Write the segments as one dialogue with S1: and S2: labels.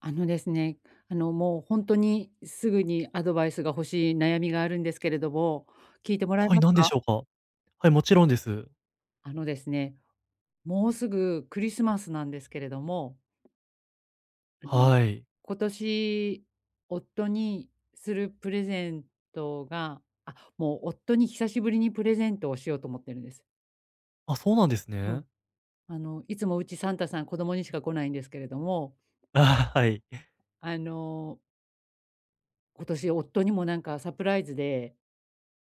S1: あのですね、もう本当にすぐにアドバイスが欲しい悩みがあるんですけれども、聞いてもらえ
S2: は
S1: ま
S2: い、
S1: す
S2: 何で
S1: か？
S2: しょうか？はい、もちろんです。
S1: あのですね、もうすぐクリスマスなんですけれども、あの、
S2: はい。
S1: 今年夫にするプレゼントがあ、もう夫に久しぶりにプレゼントをしようと思ってるんです。
S2: あ、そうなんです
S1: うん。
S2: ね。
S1: いつもうちサンタさん子供にしか来ないんですけれども、
S2: あはい。
S1: あの、今年夫にもなんかサプライズで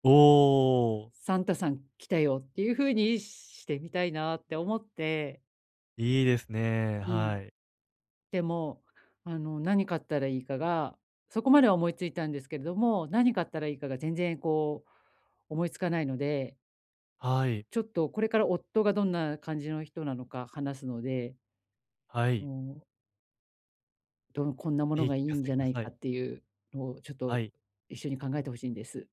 S2: おお、
S1: サンタさん来たよっていう風にしてみたいなって思って、
S2: いいですね。
S1: うん。
S2: はい。
S1: でも、何買ったらいいかが、そこまでは思いついたんですけれども、何買ったらいいかが全然思いつかないので、
S2: はい。
S1: ちょっとこれから夫がどんな感じの人なのか話すので、
S2: はい。
S1: もう、こんなもの
S2: ぜひ聞
S1: がいい
S2: か
S1: ん
S2: せ
S1: じ
S2: て
S1: ゃ
S2: く
S1: な
S2: だ
S1: い
S2: さ
S1: かっ
S2: い。
S1: ていうのをちょっと
S2: はい。
S1: 一緒に考えてほしいんです。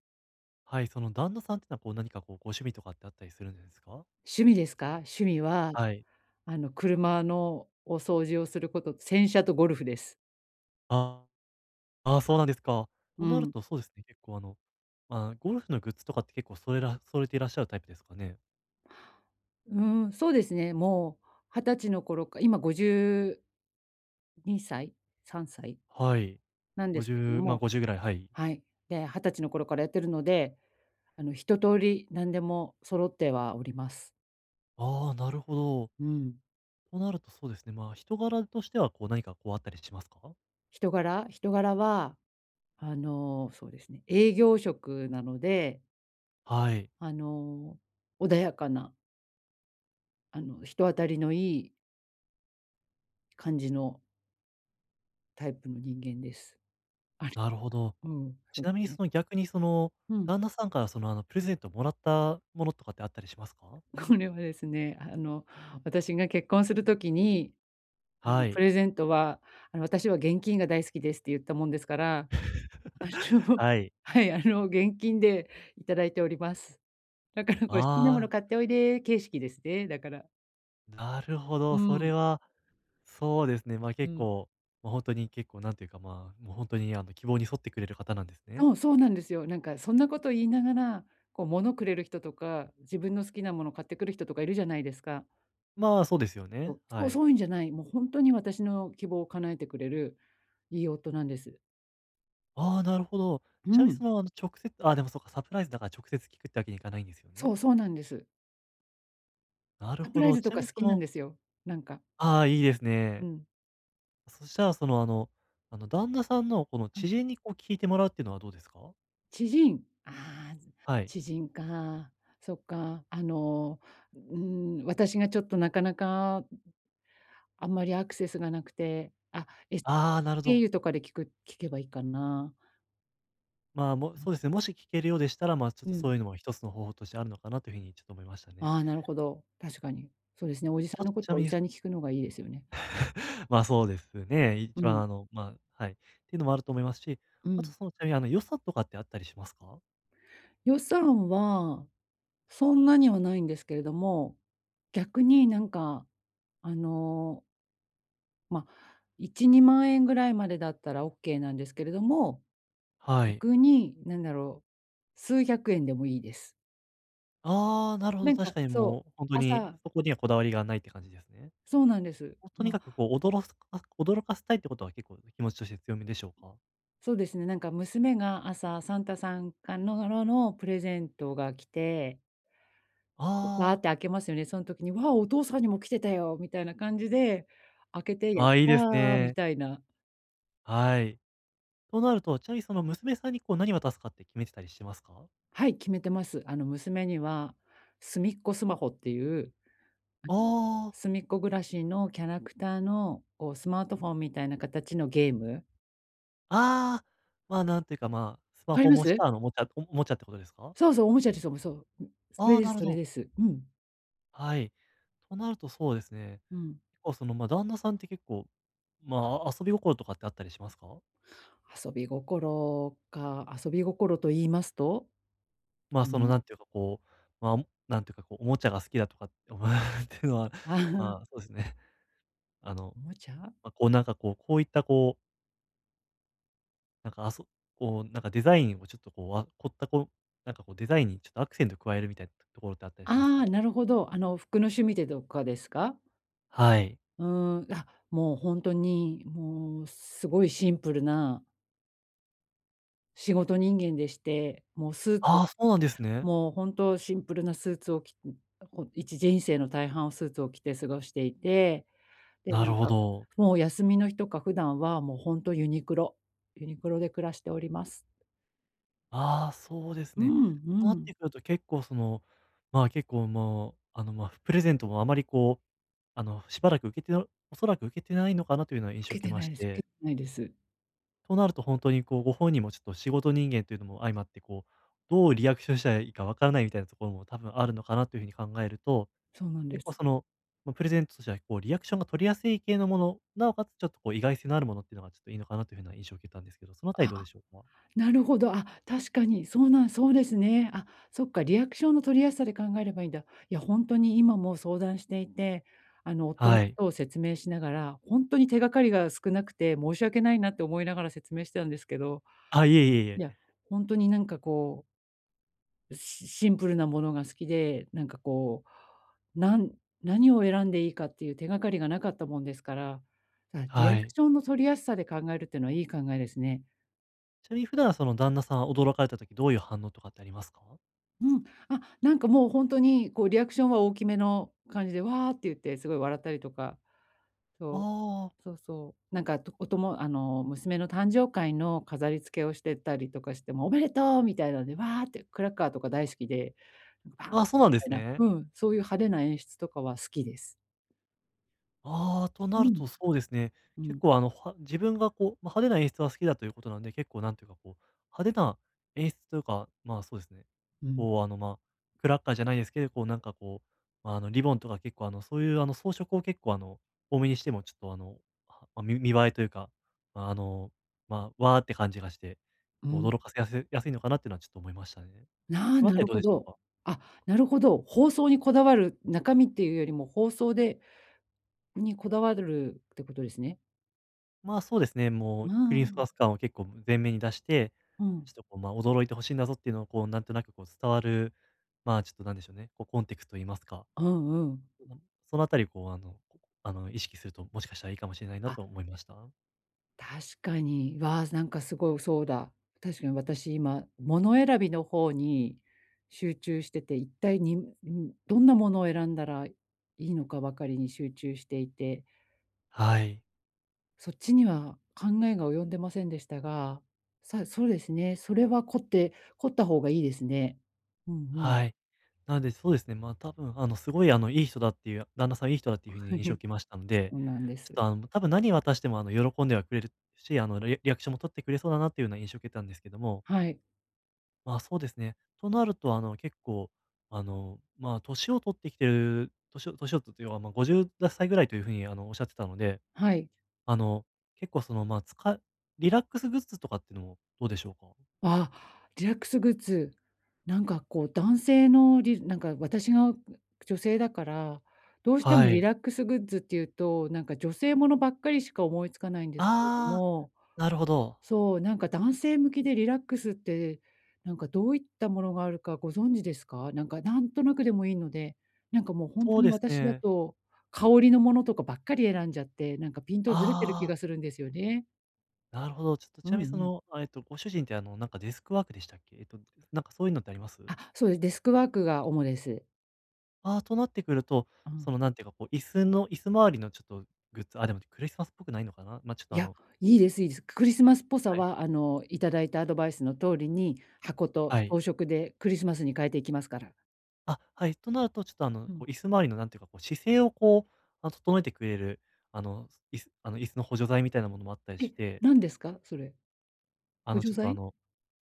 S2: はい、その旦那さんってのは、何かご趣味とかってあったりするんですか？
S1: 趣味ですか？趣味は、
S2: はい。
S1: 車のお掃除をすること、洗車とゴルフです。
S2: ああ、そうなんですか。と
S1: う
S2: なる
S1: ん。
S2: と、そうですね、結構まあ、ゴルフのグッズとかって結構それら揃えていらっしゃるタイプですかね？
S1: うん、そうですね、もう20歳の頃か、今52歳、3歳
S2: はい。
S1: なんですけれど
S2: 50、まあ、
S1: も、
S2: 50ぐらい、はい。
S1: はい。で、20歳の頃からやってるので、一通り何でも揃ってはおります。
S2: ああ、なるほど。
S1: うん。
S2: となるとそうですね、まあ、人柄としてはこう何かこうあったりしますか？
S1: 人柄は、そうですね、営業職なので、
S2: はい、
S1: あの、穏やかな、人当たりのいい感じのタイプの人間です。あれ、
S2: なるほど。
S1: うん、そ
S2: ち
S1: うで
S2: なみに
S1: すね。
S2: その逆にその、
S1: うん。
S2: 旦那さんからその、プレゼントもらったものとかってあったりします か？
S1: これはですね、私が結婚するときに、
S2: は
S1: プ
S2: い。
S1: レゼントは、私は現金が大好きですって言ったもんですから、あの
S2: はい。
S1: はい、現金でいただいております。だからこれ、「好きなもの
S2: ああ、
S1: 買っておいで」形式ですね、だから。
S2: なるほ
S1: う
S2: ど、そ
S1: ん、
S2: れは、そうですね、まあ、
S1: う
S2: 結
S1: ん。
S2: 構、本当に結構なんていうか、まあ、もう本当に希望に沿ってくれる方なんですね。
S1: そう、そうなんですよ。なんかそんなこと言いながら、物くれる人とか、自分の好きなもの買ってくる人とかいるじゃないですか。
S2: まあ、そうですよ
S1: そ
S2: ね、
S1: う、そ
S2: は
S1: う
S2: い。
S1: そういうんじゃない、もう本当に私の希望を叶えてくれるいい夫なんです。
S2: ああ、なるほど。
S1: う
S2: ちなみに
S1: ん。
S2: その、直接ああ、でもそうか、サプライズだから直接聞くってわけにいかないんですよ
S1: そ
S2: ね。
S1: う、そうなんです。
S2: なる
S1: サプ
S2: ほ
S1: ライ
S2: ど。
S1: ズ
S2: ち
S1: と
S2: な
S1: か
S2: みに
S1: 好
S2: そ
S1: きなん
S2: の
S1: ですよ。なんか、
S2: ああ、いいです
S1: う
S2: ね。
S1: ん。
S2: そしたら、その、旦那さんの、この、知人に、こう、聞いてもらうっていうのはどうですか？
S1: 知人、ああ、
S2: はい。
S1: 知人か。そっか。うん、私がちょっとなかなかあんまりアクセスがなくて、
S2: ああ、なるほ
S1: 経
S2: ど。
S1: 由とかで聞けばいいかな。
S2: まあ、もうそうですね、もし聞けるようでしたら、まあ、ちょっ
S1: う
S2: と、そ
S1: ん。
S2: ういうのも一つの方法としてあるのかなというふうにちょっと思いましたね。
S1: ああ、なるほど、確かに。そうですね、おじさ
S2: ま
S1: ん
S2: あ
S1: の
S2: と、
S1: こ
S2: ち
S1: と
S2: な
S1: はお
S2: み
S1: じ
S2: に
S1: さんに聞くのがいいですよね。
S2: まあ、そうですね。
S1: う
S2: 一
S1: ん、
S2: 番、まあ、はい。っていうのもあると思いますし、
S1: う
S2: あと、
S1: ん。
S2: その、ちなみに、予算とかってあったりしますか？
S1: 予算はそんなにはないんですけれども、逆になんか、あのまあ、1、2万円ぐらいまでだったらオッケーなんですけれども、
S2: はい。
S1: 逆になんだろう、数百円でもいいです。
S2: ああ、なるほ
S1: な
S2: ど、
S1: んか、
S2: 確かに
S1: そう、
S2: もう、本当に
S1: 朝
S2: そこにはこだわりがないって感じですね。
S1: そうなんです。
S2: と
S1: ま
S2: に
S1: あ、
S2: かくこう、驚かせたいってことは結構気持ちとして強めでしょうか？
S1: そうですね、なんか娘が朝サンタさんからのプレゼントが来て、で、ーっ
S2: ああ、
S1: て開けますよね。その時に「わあ、お父さんにも来てたよ」みたいな感じで、開けて「やっ
S2: ああ、いいです
S1: た！」み
S2: ね。
S1: たいな。
S2: はい。となると、ちなみにその娘さんにこう何渡すかって決めてたりしてますか？
S1: はい、決めてます。娘には、すみっこスマホっていう
S2: ああ、
S1: 隅っこ暮らしのキャラクターの、スマートフォンみたいな形のゲーム。
S2: ああ、まあ、なんていうか、まあ、ス
S1: わ
S2: マ
S1: かり
S2: ホ
S1: ま
S2: 模し
S1: す？
S2: たおもちゃってことですか？
S1: そうそう、おもちゃです、おもそう。ん、それ
S2: ああ、
S1: で
S2: な
S1: す
S2: る
S1: そ
S2: ほ
S1: れ
S2: ど。
S1: です。うん、
S2: はい。となるとそうですね。
S1: うん。
S2: 結構その、ま、旦那さんって結構、まあ、遊び心とかってあったりしますか？
S1: 遊び心か、遊び心と言いますと？
S2: まあ、その、
S1: の
S2: なんていうか、こう、まあ、なんていうか、こう、おもちゃが好きだとかって っていうのは、
S1: ああ、
S2: まあ、そうですね。あの、
S1: おもちゃ？
S2: まあ、こう、なんか、こうこういった、こう、なんか、こう、なんか、デザインをちょっと、こう、凝った、こう、なんか、こう、デザインにちょっとアクセント加えるみたいなところってあったりしますか？
S1: ああ、なるほど。服の趣味でとかですか？
S2: はい。
S1: うーん、もうほんとに、もうすごいシンプルな仕事人間でして、もうスーツ
S2: ああ、そうなんですね。
S1: もう本当シンプルなスーツを着人生の大半をスーツを着て過ごしていて、で、
S2: な
S1: な
S2: る
S1: ん
S2: ほ
S1: か、
S2: ど。
S1: もう休みの日とか普段はもう本当ユニクロで暮らしております。
S2: ああ、そうです
S1: う
S2: ね。
S1: ん、う
S2: となっ
S1: ん。
S2: てくると結構、その、まあ、結構、もう、まあ、プレゼントもあまり、こう、あの、しばらく受けてなおそらく受けてないのかなというような印
S1: 老
S2: 象を
S1: け
S2: 受け
S1: て
S2: ま
S1: ない
S2: し
S1: です老け
S2: て、
S1: てないです。
S2: となると本当にこう、ご本人もちょっと仕事人間というのも相まって、こう、どうリアクションしたらいいかわからないみたいなところも多分あるのかなというふうに考えると、
S1: そうなんで
S2: 結構
S1: す。
S2: その、まあ、プレゼントとしてはこうリアクションが取りやすい系のもの、なおかつちょっとこう意外性のあるものっていうのがちょっといいのかなというふうな印象を受けたんですけど、そのあたりどうで
S1: あ、
S2: しょうか？
S1: なるほど。あ、確かに。そうなんそうですね。あ、そっか、リアクションの取りやすさで考えればいいんだ。いや、本当に今も相談していて、夫の
S2: は
S1: こ
S2: い。
S1: とを説明しながら、本当に手がかりが少なくて申し訳ないなって思いながら説明してたんですけど、
S2: あ、いえいえい
S1: いや、
S2: え。
S1: 本当になんかシンプルなものが好きで、なんかう、なん何を選んでいいかっていう手がかりがなかったもんですから、あ、リア
S2: は
S1: ク
S2: い。
S1: ションの取りやすさで考えるっていうのはいい考えですね。
S2: ちなみに普段その旦那さんは驚かれた時どういう反応とかってありますか？
S1: うん。あ、なんかもう本当にリアクションは大きめの感じで、わーって言ってすごい笑ったりとか、そ
S2: あ
S1: う、そうそう。なんか、とおとも娘の誕生会の飾り付けをしてたりとかしても、おめでとうみたいなので、わーってクラッカーとか大好きで、なんかバー
S2: あー、
S1: ン
S2: あ、そう
S1: み
S2: なんで
S1: たい
S2: す
S1: な、
S2: ね。
S1: うん、そういう派手な演出とかは好きです。
S2: ああ、と
S1: う
S2: なると
S1: ん。
S2: そうですね。
S1: う
S2: 結
S1: ん。
S2: 構自分がこう、まあ、派手な演出は好きだということなんで、結構なんていうかこう、派手な演出というか、まあ、そうですね。
S1: うん。
S2: こう、クラッカーじゃないですけど、こうなんかこう、まあ、リボンとか結構そういう装飾を結構多めにしてもちょっとはまあ、見見栄えというか、まあ、わーって感じがして、
S1: う
S2: こう
S1: ん。
S2: 驚かせやすやすいのかなっていうのはちょっと思いましたね。
S1: ああ、
S2: そのあ
S1: な
S2: たり
S1: る
S2: どう
S1: ほ
S2: でしょう
S1: ど。
S2: か？
S1: あ、なるほど。放送にこだわる、中身っていうよりも放送にこだわるってことですね。
S2: まあ、そうですね、も
S1: う
S2: うクリス
S1: ん。
S2: マス感を結構前面に出して、
S1: うん。
S2: ちょっとこう、まあ、驚いて欲しいんだぞっていうのをこう、なんとなくこう伝わる、まあ、ちょっとなんでしょうね、こうコンテクストと言いますか、
S1: うんうん。
S2: うん、そのあたりこう、あの、こあの、意識すると、もしかしたらいいかもしれないな
S1: あ、
S2: と思いました。
S1: 確かに。わあ、なんかすごいそうだ。確かに私今、物選びの方に集中してて、一体に、どんなものを選んだらいいのかばかりに集中していて、
S2: はい。
S1: そっちには考えが及んでませんでしたが、そうですね。それは凝った方がいいですね。うんうん。
S2: はい。なので、そうですね、まあ、多分すごいいい人だっていう、旦那さんいい人だっ ていう風
S1: は
S2: に印象を
S1: い、
S2: 受けましたの
S1: そ
S2: で、
S1: うなんで
S2: ちょっ
S1: す。
S2: と多分何渡しても喜んではくれるし、リアクションも取ってくれそうだなっていうような印象を受けたんですけども、
S1: はい、
S2: まあ、そうですね。となると、結構、まあ、年を取って、要は、まあ、50歳ぐらいというふうに、おっしゃってたので、
S1: はい。
S2: あの、結構、その、まあ、リラックスグッズとかっていうのもどうでしょうか？
S1: あ、リラックスグッズ、なんか男性のなんか私が女性だから、どうしても
S2: は
S1: リ
S2: い。
S1: ラックスグッズっていうと、なんか女性ものばっかりしか思いつかないんですけれど
S2: ああ、
S1: も、
S2: なるほど。
S1: そう、なんか男性向きでリラックスって、なんかどういったものがあるかご存知ですか？なんかなんとなくでもいいので、なんかもう本
S2: そ
S1: 当
S2: う
S1: に
S2: です
S1: 私だ
S2: ね。
S1: と、香りのものとかばっかり選んじゃって、なんかピントずれてる気
S2: あ
S1: が
S2: あ、
S1: するんですよね。
S2: なるほど。ちょっと、
S1: う
S2: ちな
S1: んう
S2: みに、そ
S1: ん。
S2: の、ご主人って、なんか、デスクワークでしたっけ？なんか、そういうのってあります？
S1: あ、そうです。デスクワークが主です。
S2: ああ、となってくると、
S1: う
S2: そ
S1: ん。
S2: の、なんていうか、こう、椅子周りのちょっとグッズ、あ、でもクリスマスっぽくないのかな？まあ、ちょっ
S1: い
S2: と、
S1: や、いいですいいです。クリスマスっぽさ
S2: はい。
S1: は、いただいたアドバイスの通りに、箱と
S2: は
S1: 装
S2: い。
S1: 飾でクリスマスに変えていきますから。
S2: あ、はい。となると、ちょっとあの、
S1: う
S2: こ
S1: ん。
S2: う椅子周りのなんていうか、こう姿勢をこう、整えてくれる、椅子の補助材みたいなものもあったり
S1: え、
S2: して、
S1: 何ですか？それ。補助
S2: ちょっと
S1: 剤。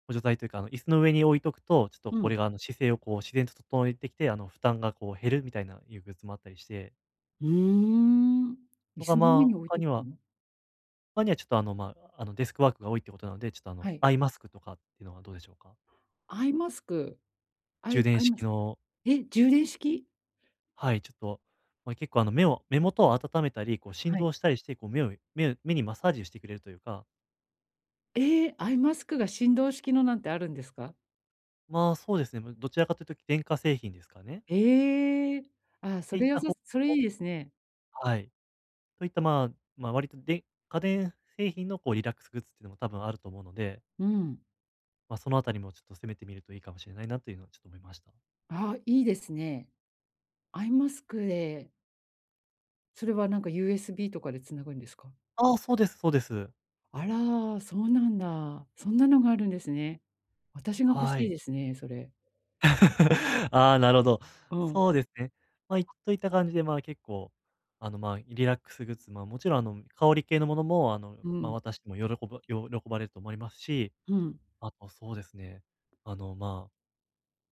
S2: 補助材というか、椅子の上に置いとくと、ちょっと
S1: う
S2: こ
S1: ん。
S2: れが姿勢をこう自然と整えてきて、負担がこう減るみたいないうグッズもあったりして、
S1: うーん。椅
S2: とか、
S1: 子の上
S2: ま
S1: に
S2: あ、
S1: 置いとくの？
S2: 他にはちょっとまあ、デスクワークが多いってことなので、ちょっと
S1: はい。
S2: アイマスクとかっていうのはどうでしょうか？
S1: アイマスク、ア
S2: 充
S1: イア
S2: 電
S1: イマ
S2: 式
S1: スク
S2: の、
S1: え、充電式？
S2: はい、ちょっと、まあ、結構目元を温めたり、こう振
S1: はい。
S2: 動したりして、こう目にマッサージをしてくれるというか、
S1: ええ、アイマスクが振動式のなんてあるんですか？
S2: まあ、そうですね、ま、どちらかというと電化製品ですかね。
S1: ええ。ああ、
S2: っ
S1: そ
S2: ていっ
S1: れ良
S2: た
S1: さ
S2: 方
S1: それ
S2: 法
S1: いいですね。
S2: はい。といった、まあ、まあ、割とで家電製品のこうリラックスグッズっていうのも多分あると思うので、
S1: うん。
S2: まあ、そのあたりもちょっと攻めてみるといいかもしれないなというのはちょっと思いました。
S1: ああ、いいですね。アイマスクで、それはなんか USB とかでつなぐんですか？
S2: ああ、そうですそうです。
S1: あら、そうなんだ。そんなのがあるんですね。私が欲
S2: は
S1: しい
S2: い。
S1: ですね、それ。
S2: ああ、なるほど。
S1: うん。
S2: そうですね。まあ、といった感じで、まあ、結構、まあ、リラックスグッズ、まあ、もちろん、香り系のものも、
S1: う
S2: ま、
S1: ん。
S2: 私もば喜ばれると思いますし、
S1: うん。
S2: あとそうですね、あの、ま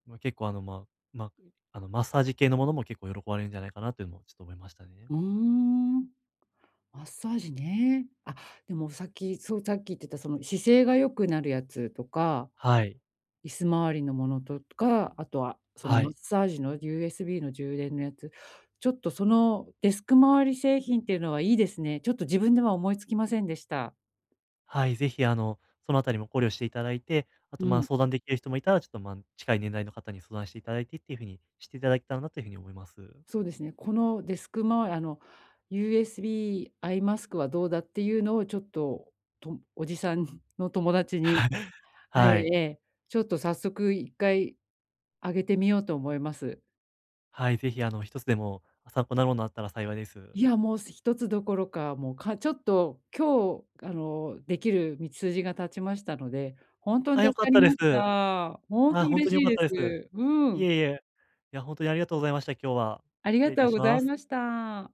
S2: あ、ま、結構、あの、まあまあ、あの、マッサージ系のものも結構喜ばれるんじゃないかなというのもちょっと思いましたね。
S1: うーん。マッサージね。あ、でもさっき、そう、さっき言ってたその姿勢が良くなるやつとか、
S2: はい。
S1: 椅子周りのものとか、あとはその
S2: は
S1: マッ
S2: い。
S1: サージの USB の充電のやつ、ちょっとそのデスク周り製品っていうのはいいですね。ちょっと自分では思いつきませんでした。
S2: はい、ぜひ、そのあたりも考慮していただいて、あと、
S1: う
S2: まあ、
S1: ん。
S2: 相談できる人もいたら、ちょっと、まあ、近い年代の方に相談していただいてっていう風にしていただけたらなという風に思います。
S1: そうですね。このデスク周り、USB アイマスクはどうだっていうのをちょっと、とおじさんの友達に、
S2: はい
S1: はい、
S2: はい。
S1: ええ、ちょっと早速1回あげてみようと思います。
S2: はい、ぜひあの、一つでもあ参考になるものあったら幸いです。
S1: いや、もう一つどころか、もうちょっと今日、できる道筋が立ちましたので、本当に
S2: あ、
S1: 助
S2: 良か
S1: か
S2: っ
S1: り
S2: たで
S1: ま
S2: す。
S1: した。本
S2: あ、
S1: 当
S2: ほん
S1: 嬉
S2: とに良
S1: しい
S2: かっ
S1: で
S2: たです。
S1: す。う
S2: い
S1: ん。
S2: えいえ。いや、ほんとにありがとうございました、今日は。
S1: あり
S2: 失
S1: が
S2: 礼い
S1: と
S2: た
S1: う
S2: し
S1: ござ
S2: ま
S1: い
S2: す。
S1: ました。